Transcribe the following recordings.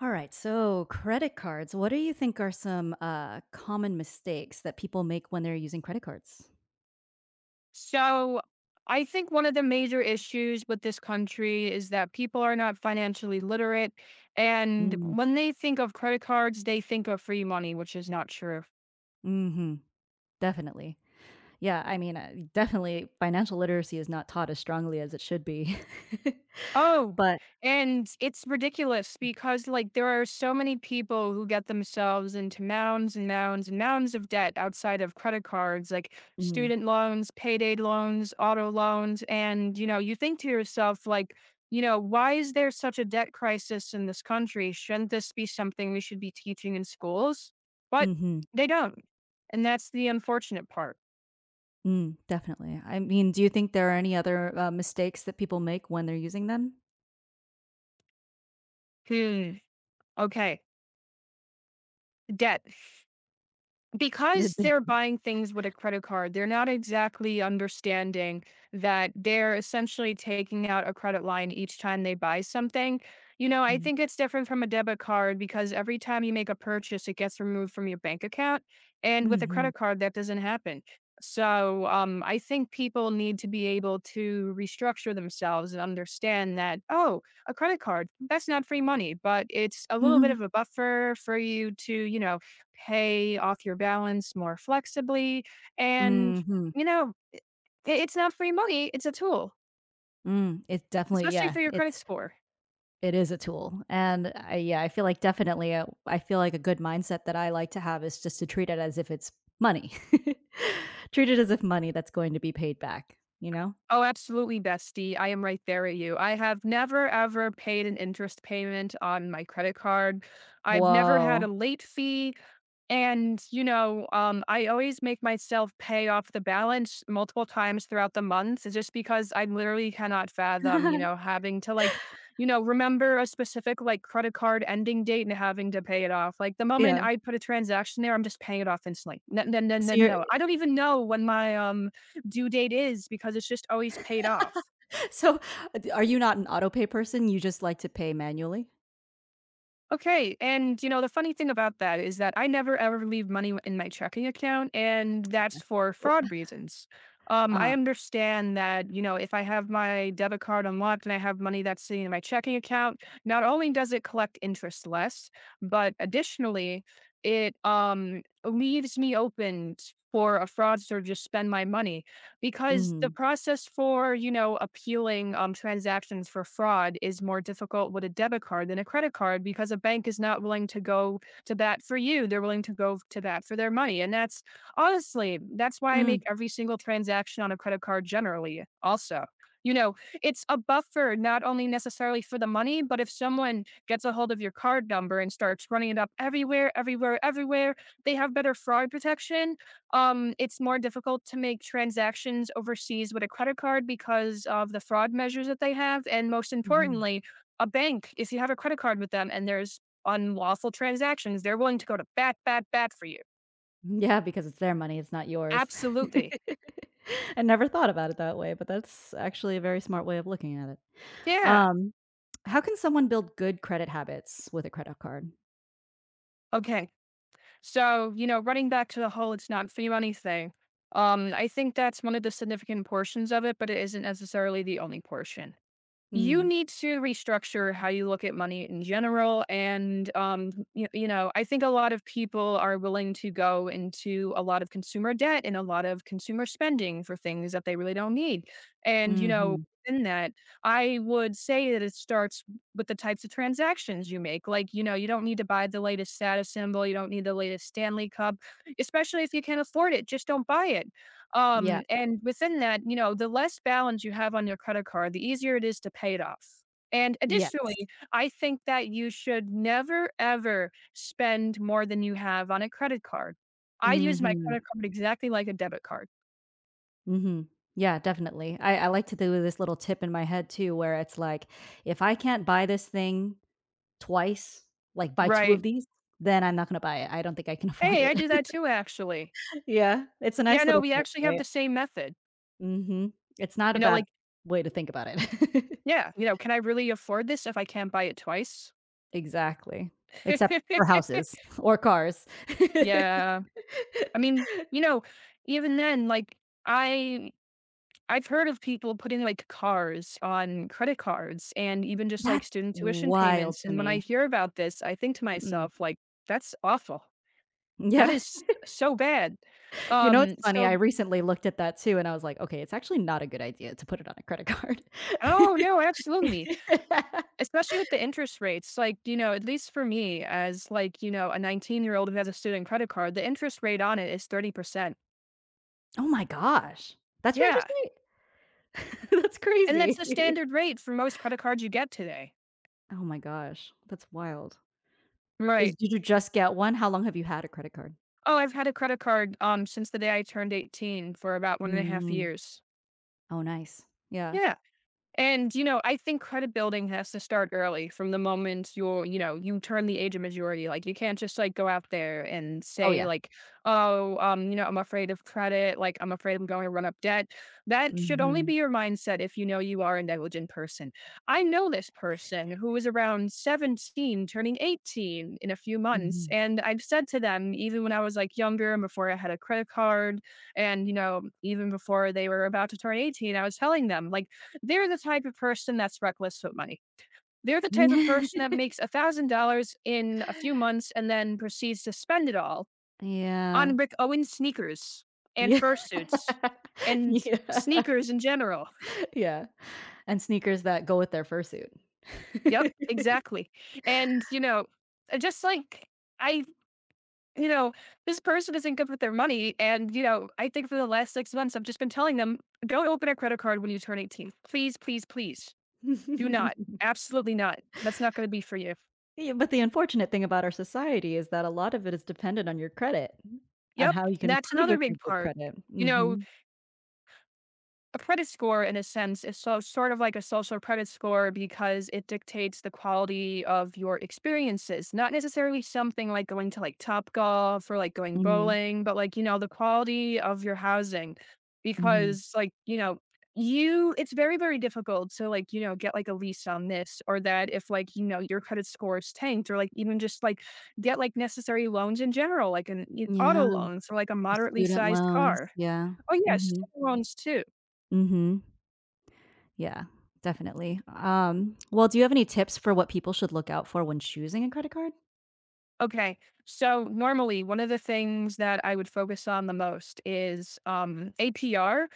All right. So, credit cards. What do you think are some common mistakes that people make when they're using credit cards? So I think one of the major issues with this country is that people are not financially literate. And Mm, when they think of credit cards, they think of free money, which is not true. hmm Definitely. Yeah. I mean, definitely financial literacy is not taught as strongly as it should be. Oh, But, and it's ridiculous because, like, there are so many people who get themselves into mounds and mounds and mounds of debt outside of credit cards, like mm, student loans, payday loans, auto loans. And, you know, you think to yourself, like, you know, why is there such a debt crisis in this country? Shouldn't this be something we should be teaching in schools? But hmm they don't. And that's the unfortunate part. Mm, definitely. I mean, do you think there are any other mistakes that people make when they're using them? Hmm. Okay. Debt. Because they're buying things with a credit card, they're not exactly understanding that they're essentially taking out a credit line each time they buy something. You know, I think it's different from a debit card because every time you make a purchase, it gets removed from your bank account. And with a Mm-hmm. credit card, that doesn't happen. So I think people need to be able to restructure themselves and understand that, oh, a credit card, that's not free money, but it's a little bit Mm-hmm. of a buffer for you to, you know, pay off your balance more flexibly, and, Mm, you know, I it's not free money, it's a tool, it definitely, especially yeah. for your credit It's score. it is a tool, and I feel like definitely, I feel like a good mindset that I like to have is just to treat it as if it's money. Treat it as if money that's going to be paid back, you know? Oh, absolutely, bestie, I am right there at you. I have never ever paid an interest payment on my credit card. I've never had a Whoa. late fee. And, I always make myself pay off the balance multiple times throughout the month just because I literally cannot fathom, you know, having to like, you know, remember a specific like credit card ending date and having to pay it off. Like the moment Yeah. I put a transaction there, I'm just paying it off instantly. No, no, no, So no, you're no. I don't even know when my due date is because it's just always paid off. So, d are you not an auto pay person? You just like to pay manually? Okay, and you know, the funny thing about that is that I never ever leave money in my checking account, and that's for Oh. fraud reasons. I Uh-huh. understand that, you know, if I have my debit card unlocked and I have money that's sitting in my checking account, not only does it collect interest less, but additionally, it leaves me open for a fraudster to just spend my money because the Mhm. process for, you know, appealing, transactions for fraud is more difficult with a debit card than a credit card because a bank is not willing to go to bat for you. They're willing to go to bat for their money, and that's honestly, that's why I Mm, make every single transaction on a credit card generally also. You know, it's a buffer not only necessarily for the money, but if someone gets a hold of your card number and starts running it up everywhere, everywhere, everywhere, they have better fraud protection. It's more difficult to make transactions overseas with a credit card because of the fraud measures that they have, and most mhm. importantly, a bank, if you have a credit card with them and there's unlawful transactions, they're willing to go to bat, bat, bat for you. Yeah, because it's their money, it's not yours. Absolutely. I never thought about it that way, but that's actually a very smart way of looking at it. Yeah. Um, how can someone build good credit habits with a credit card? Okay. So, you know, running back to the whole it's not free money thing, I think that's one of the significant portions of it, but it isn't necessarily the only portion. You Mm, need to restructure how you look at money in general, and you, you know I think a lot of people are willing to go into a lot of consumer debt and a lot of consumer spending for things that they really don't need. And you know, mhm. in that, I would say that it starts with the types of transactions you make. Like, you know, you don't need to buy the latest status symbol, you don't need the latest Stanley cup. Especially if you can't afford it, just don't buy it. Yeah, And within that, you know, the less balance you have on your credit card, the easier it is to pay it off. And yeah. additionally, I think that you should never, ever spend more than you have on a credit card. I use my Mhm, credit card exactly like a debit card, mhm. Yeah, definitely. I like to do this little tip in my head too where it's like, if I can't buy this thing twice, like buy two of right? these, then I'm not gonna buy it. I don't think I can afford Hey, I it. do that too, actually. Yeah, it's a Yeah, nice no, little we tip, actually have right? the same method. Mhm. It's not a You know, bad like, way to think about it. yeah, you know, can I really afford this if I can't buy it twice? Exactly. Except for houses or cars. Yeah. I mean, you know, even then, like, I I've heard of people putting, like, cars on credit cards and even just, like, That's student tuition wild payments, to and when I me. hear about this, I think to Mm-mm. myself, like, "That's awful. That Yeah. is so bad." You know, it's Um, funny, I so recently looked at that too, and I was like, "Okay, it's actually not a good idea to put it on a credit card." Oh, no, absolutely, especially with the interest rates, like, you know, at least for me as, like, you know, a 19-year-old who has a student credit card, the interest rate on it is 30%. Oh my gosh. That's your interest Yeah, rate? That's and that's crazy. the standard rate for most credit cards you get today. Oh my gosh. That's wild. Is Right. did you just get one? How long have you had a credit card? Oh, I've had a credit card, since the day I turned 18 for about one and a half Mm. years. Oh, nice. Yeah. Yeah. And, you know, I think credit building has to start early from the moment you're, you know, you turn the age of majority. Like, you can't just like go out there and Oh, say, yeah. like, oh, you know, I'm afraid of credit. Like, I'm afraid I'm going to run up debt. That should only Mhm. be your mindset if you know you are a negligent person. I know this person who is around 17, turning 18 in a few months. Mhm. And I've said to them, even when I was like younger and before I had a credit card, and, you know, even before they were about to turn 18, I was telling them, like, they're the type of person that's reckless with money. They're the type of person that makes $1,000 in a few months and then proceeds to spend it all Yeah. on Rick Owens sneakers and Yeah. fursuits and Yeah. sneakers in general. Yeah. And sneakers that go with their fursuit. Yep, exactly. And, you know, just like I, you know, this person isn't good with their money. And, you know, I think for the last 6 months, I've just been telling them don't open a credit card when you turn 18. Please, please, please do not. Absolutely not. That's not going to be for you. Yeah, but the unfortunate thing about our society is that a lot of it is dependent on your credit and Yep, how you can that's prove if another you're big good part. credit. You know, Mhm. a credit score in a sense is so sort of like a social credit score because it dictates the quality of your experiences, not necessarily something like going to like top golf or like going Mhm. bowling, but like, you know, the quality of your housing, Mhm. because like, you know, you it's very very difficult to like, you know, get like a lease on this or that if like, you know, your credit score is tanked, or like even just like get like necessary loans in general, like auto Yeah, loans or like a the moderately student sized loans, car. yeah. Oh yes, Mhm. student loans too. Mhm. Yeah, definitely. Well, do you have any tips for what people should look out for when choosing a credit card? Okay. So normally one of the things that I would focus on the most is APR,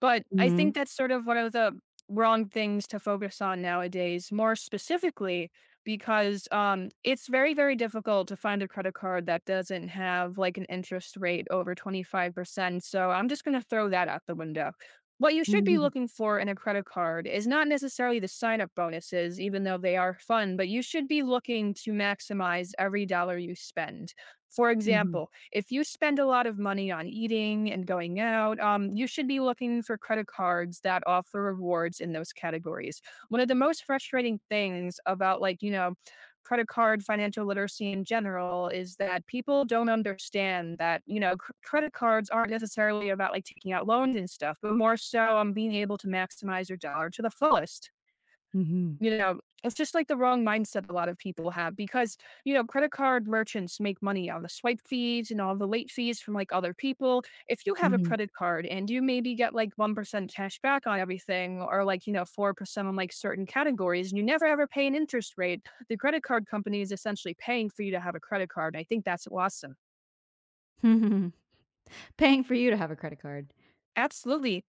but I Mhm. think that's sort of one of the wrong things to focus on nowadays, more specifically because it's very very difficult to find a credit card that doesn't have like an interest rate over 25%. So I'm just going to throw that out the window. What you should be Mhm. looking for in a credit card is not necessarily the sign up bonuses, even though they are fun, but you should be looking to maximize every dollar you spend. For Mhm. example, if you spend a lot of money on eating and going out, you should be looking for credit cards that offer rewards in those categories. One of the most frustrating things about, like, you know, credit card financial literacy in general is that people don't understand that, you know, credit cards aren't necessarily about like taking out loans and stuff, but more so on being able to maximize your dollar to the fullest. Mhm. You know, it's just like the wrong mindset a lot of people have because, you know, credit card merchants make money on the swipe fees and all the late fees from like other people. If you have a Mhm. credit card and you maybe get like 1% cash back on everything or like, you know, 4% on like certain categories and you never ever pay an interest rate, the credit card company is essentially paying for you to have a credit card. I think that's awesome. Paying for you to have a credit card. Absolutely.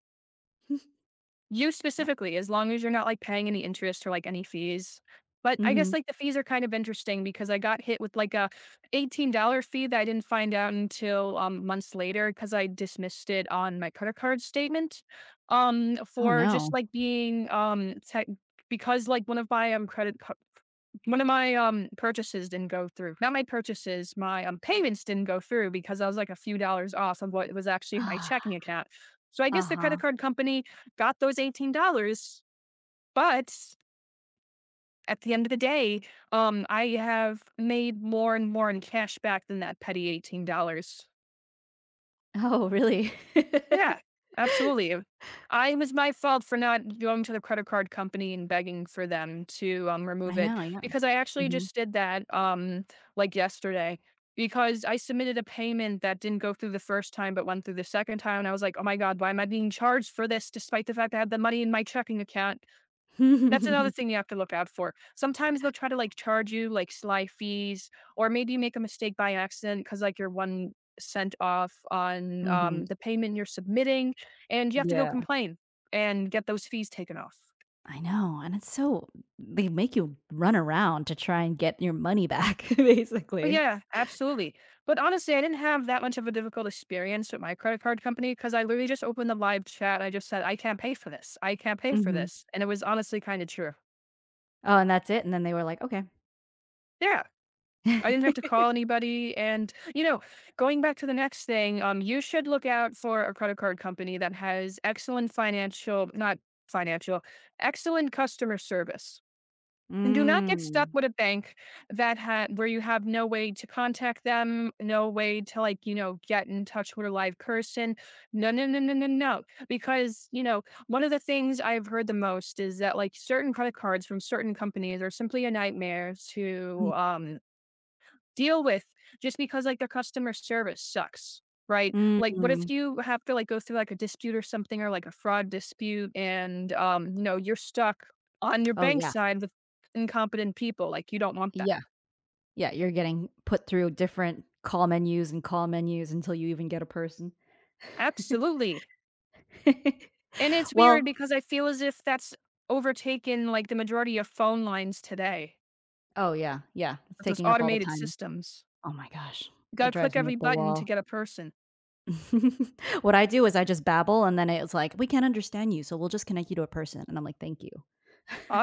You Yeah. specifically, as long as you're not like paying any interest or like any fees. But I guess Mhm. like the fees are kind of interesting because I got hit with like a $18 fee that I didn't find out until months later because I dismissed it on my credit card statement, Oh, for no. just like being tech because like one of my, purchases didn't go through. Not my purchases, my, payments didn't go through because I was, like, a few dollars off of what was actually in my checking account. So I guess the Uh-huh. credit card company got those $18, but at the end of the day, I have made more and more in cash back than that petty $18. Oh, really? Yeah, absolutely. I it was my fault for not going to the credit card company and begging for them to, I remove it, know, yeah. because I actually Mhm. just did that, like, yesterday, because I submitted a payment that didn't go through the first time, but went through the second time, and I was like, "Oh my god, why am I being charged for this despite the fact I had the money in my checking account?" That's another Mhm. thing you have to look out for. Sometimes they'll try to, like, charge you, like, sly fees, or maybe you make a mistake by accident because like, you're 1 cent off on, the payment you're submitting, and you have to go Yeah. complain and get those fees taken off. I know, and it's so they make you run around to try and get your money back, Oh basically. yeah, absolutely. But honestly, I didn't have that much of a difficult experience with my credit card company because I literally just opened the live chat, and I just said, "I can't pay for this. I can't pay for Mhm. this," and it was honestly kinda true. Oh, and that's it, and then they were like, "Okay." Yeah. I didn't have to call anybody. And, you know, going back to the next thing, you should look out for a credit card company that has excellent financial, not financial, excellent customer service. And do not get stuck Mm. with a bank that had where you have no way to contact them, no way to like, get in touch with a live person. No, no, no, no, no, no. Because, one of the things I've heard the most is that like certain credit cards from certain companies are simply a nightmare to deal with just because like their customer service sucks, right? Like what Mm. if you have to like go through like a dispute or something or like a fraud dispute, and you're stuck on your Oh, bank yeah. side with incompetent people. Like you don't want Yeah. that. Yeah, you're getting put through different call menus and call menus until you even get a person. Absolutely. And it's weird Well, because I feel as if that's overtaken like the majority of phone lines today oh, yeah, yeah, it's with those taking up all the automated time. systems. Oh my gosh, You it gotta click drives me up every the button to wall. get a person. What I do is I just babble, and then it's like, "We can't understand you, so we'll just connect you to a person," and I'm like, "Thank you."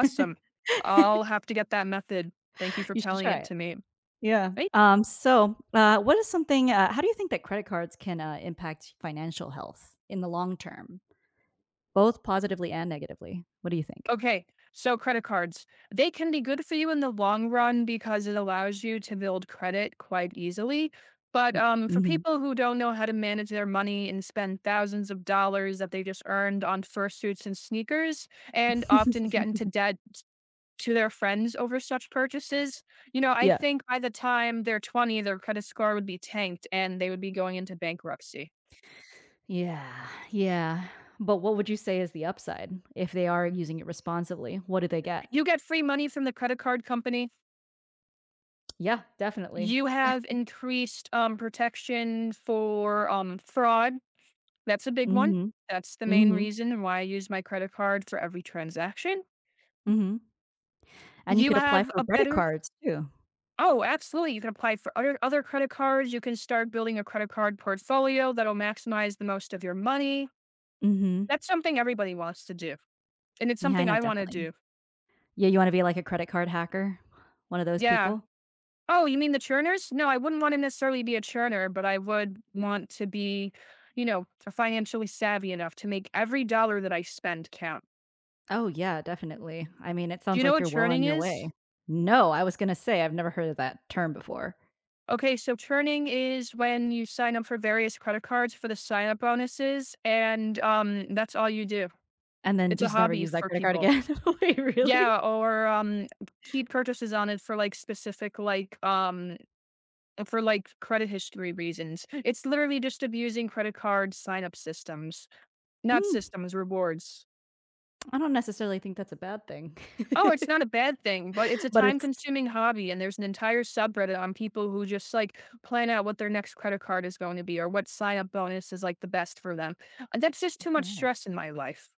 I'll have to get that method. Thank you for You should telling try it it. to me. Yeah. Thank So, what is something how do you think that credit cards can, impact financial health in the long term, both positively and negatively? What do you think? Okay, so credit cards. They can be good for you in the long run because it allows you to build credit quite easily. But for M people who don't know how to manage their money and spend thousands of dollars that they just earned on fursuits and sneakers and often get into mhm. debt to their friends over such purchases, I Yeah. think by the time they're 20, their credit score would be tanked and they would be going into bankruptcy. Yeah, yeah. But what would you say is the upside if they are using it responsibly? What do they get? You get free money from the credit card company. Yeah, definitely. You have increased, protection for, fraud. That's a big one. Mhm, That's the main mhm, reason why I use my credit card for every transaction. mhm, and you You could apply have for a credit better cards too. Oh, absolutely. You can apply for other credit cards. You can start building a credit card portfolio that'll maximize the most of your money. Mhm. That's something everybody wants to do, and it's Yeah, I something know, I wanna definitely. do. Yeah, you wanna be like a credit card hacker? One of those Yeah. people? Oh, you mean the churners? No, I wouldn't want to necessarily be a churner, but I would want to be, financially savvy enough to make every dollar that I spend count. Oh, yeah, definitely. I mean, it Do sounds you know like what you're well on churning your is? way. No, I was gonna say I've never heard of that term before, Okay, so churning is when you sign up for various credit cards for the sign up bonuses, and that's all you do. and then It's a just never hobby use that for credit card people. again. Wait, really? Yeah, or keep purchases on it for like specific, like for like credit history reasons. It's literally just abusing credit card sign up systems. Not Mm. systems, rewards. I don't necessarily think that's a bad thing, Oh, it's not a bad thing, but it's a but it's time-consuming hobby, and there's an entire subreddit on people who just, like, plan out what their next credit card is going to be or what sign-up bonus is, like, the best for them. And that's just too much really? stress in my life.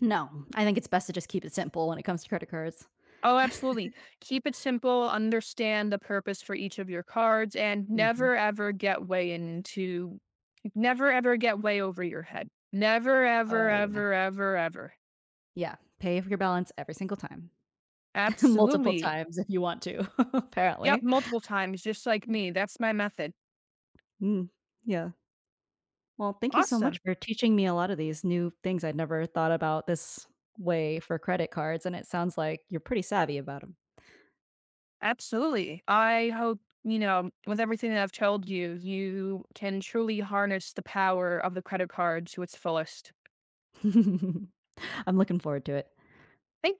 No, I think it's best to just keep it simple when it comes to credit cards. Oh, absolutely. Keep it simple, understand the purpose for each of your cards, and Mhm. never ever get way into never ever get way over your head. Never, ever, Oh, yeah. ever, ever, ever. Yeah, pay for your balance every single time. Multiple Absolutely. times if you want to, Yep, apparently. multiple times, just like me. That's my method. Mm, yeah. Well, thank you so much Awesome. for teaching me a lot of these new things I'd never thought about this way for credit cards, and it sounds like you're pretty savvy about them. Absolutely. I hope, with everything that I've told you, you can truly harness the power of the credit card to its fullest. 'em. I'm looking forward to it. Thank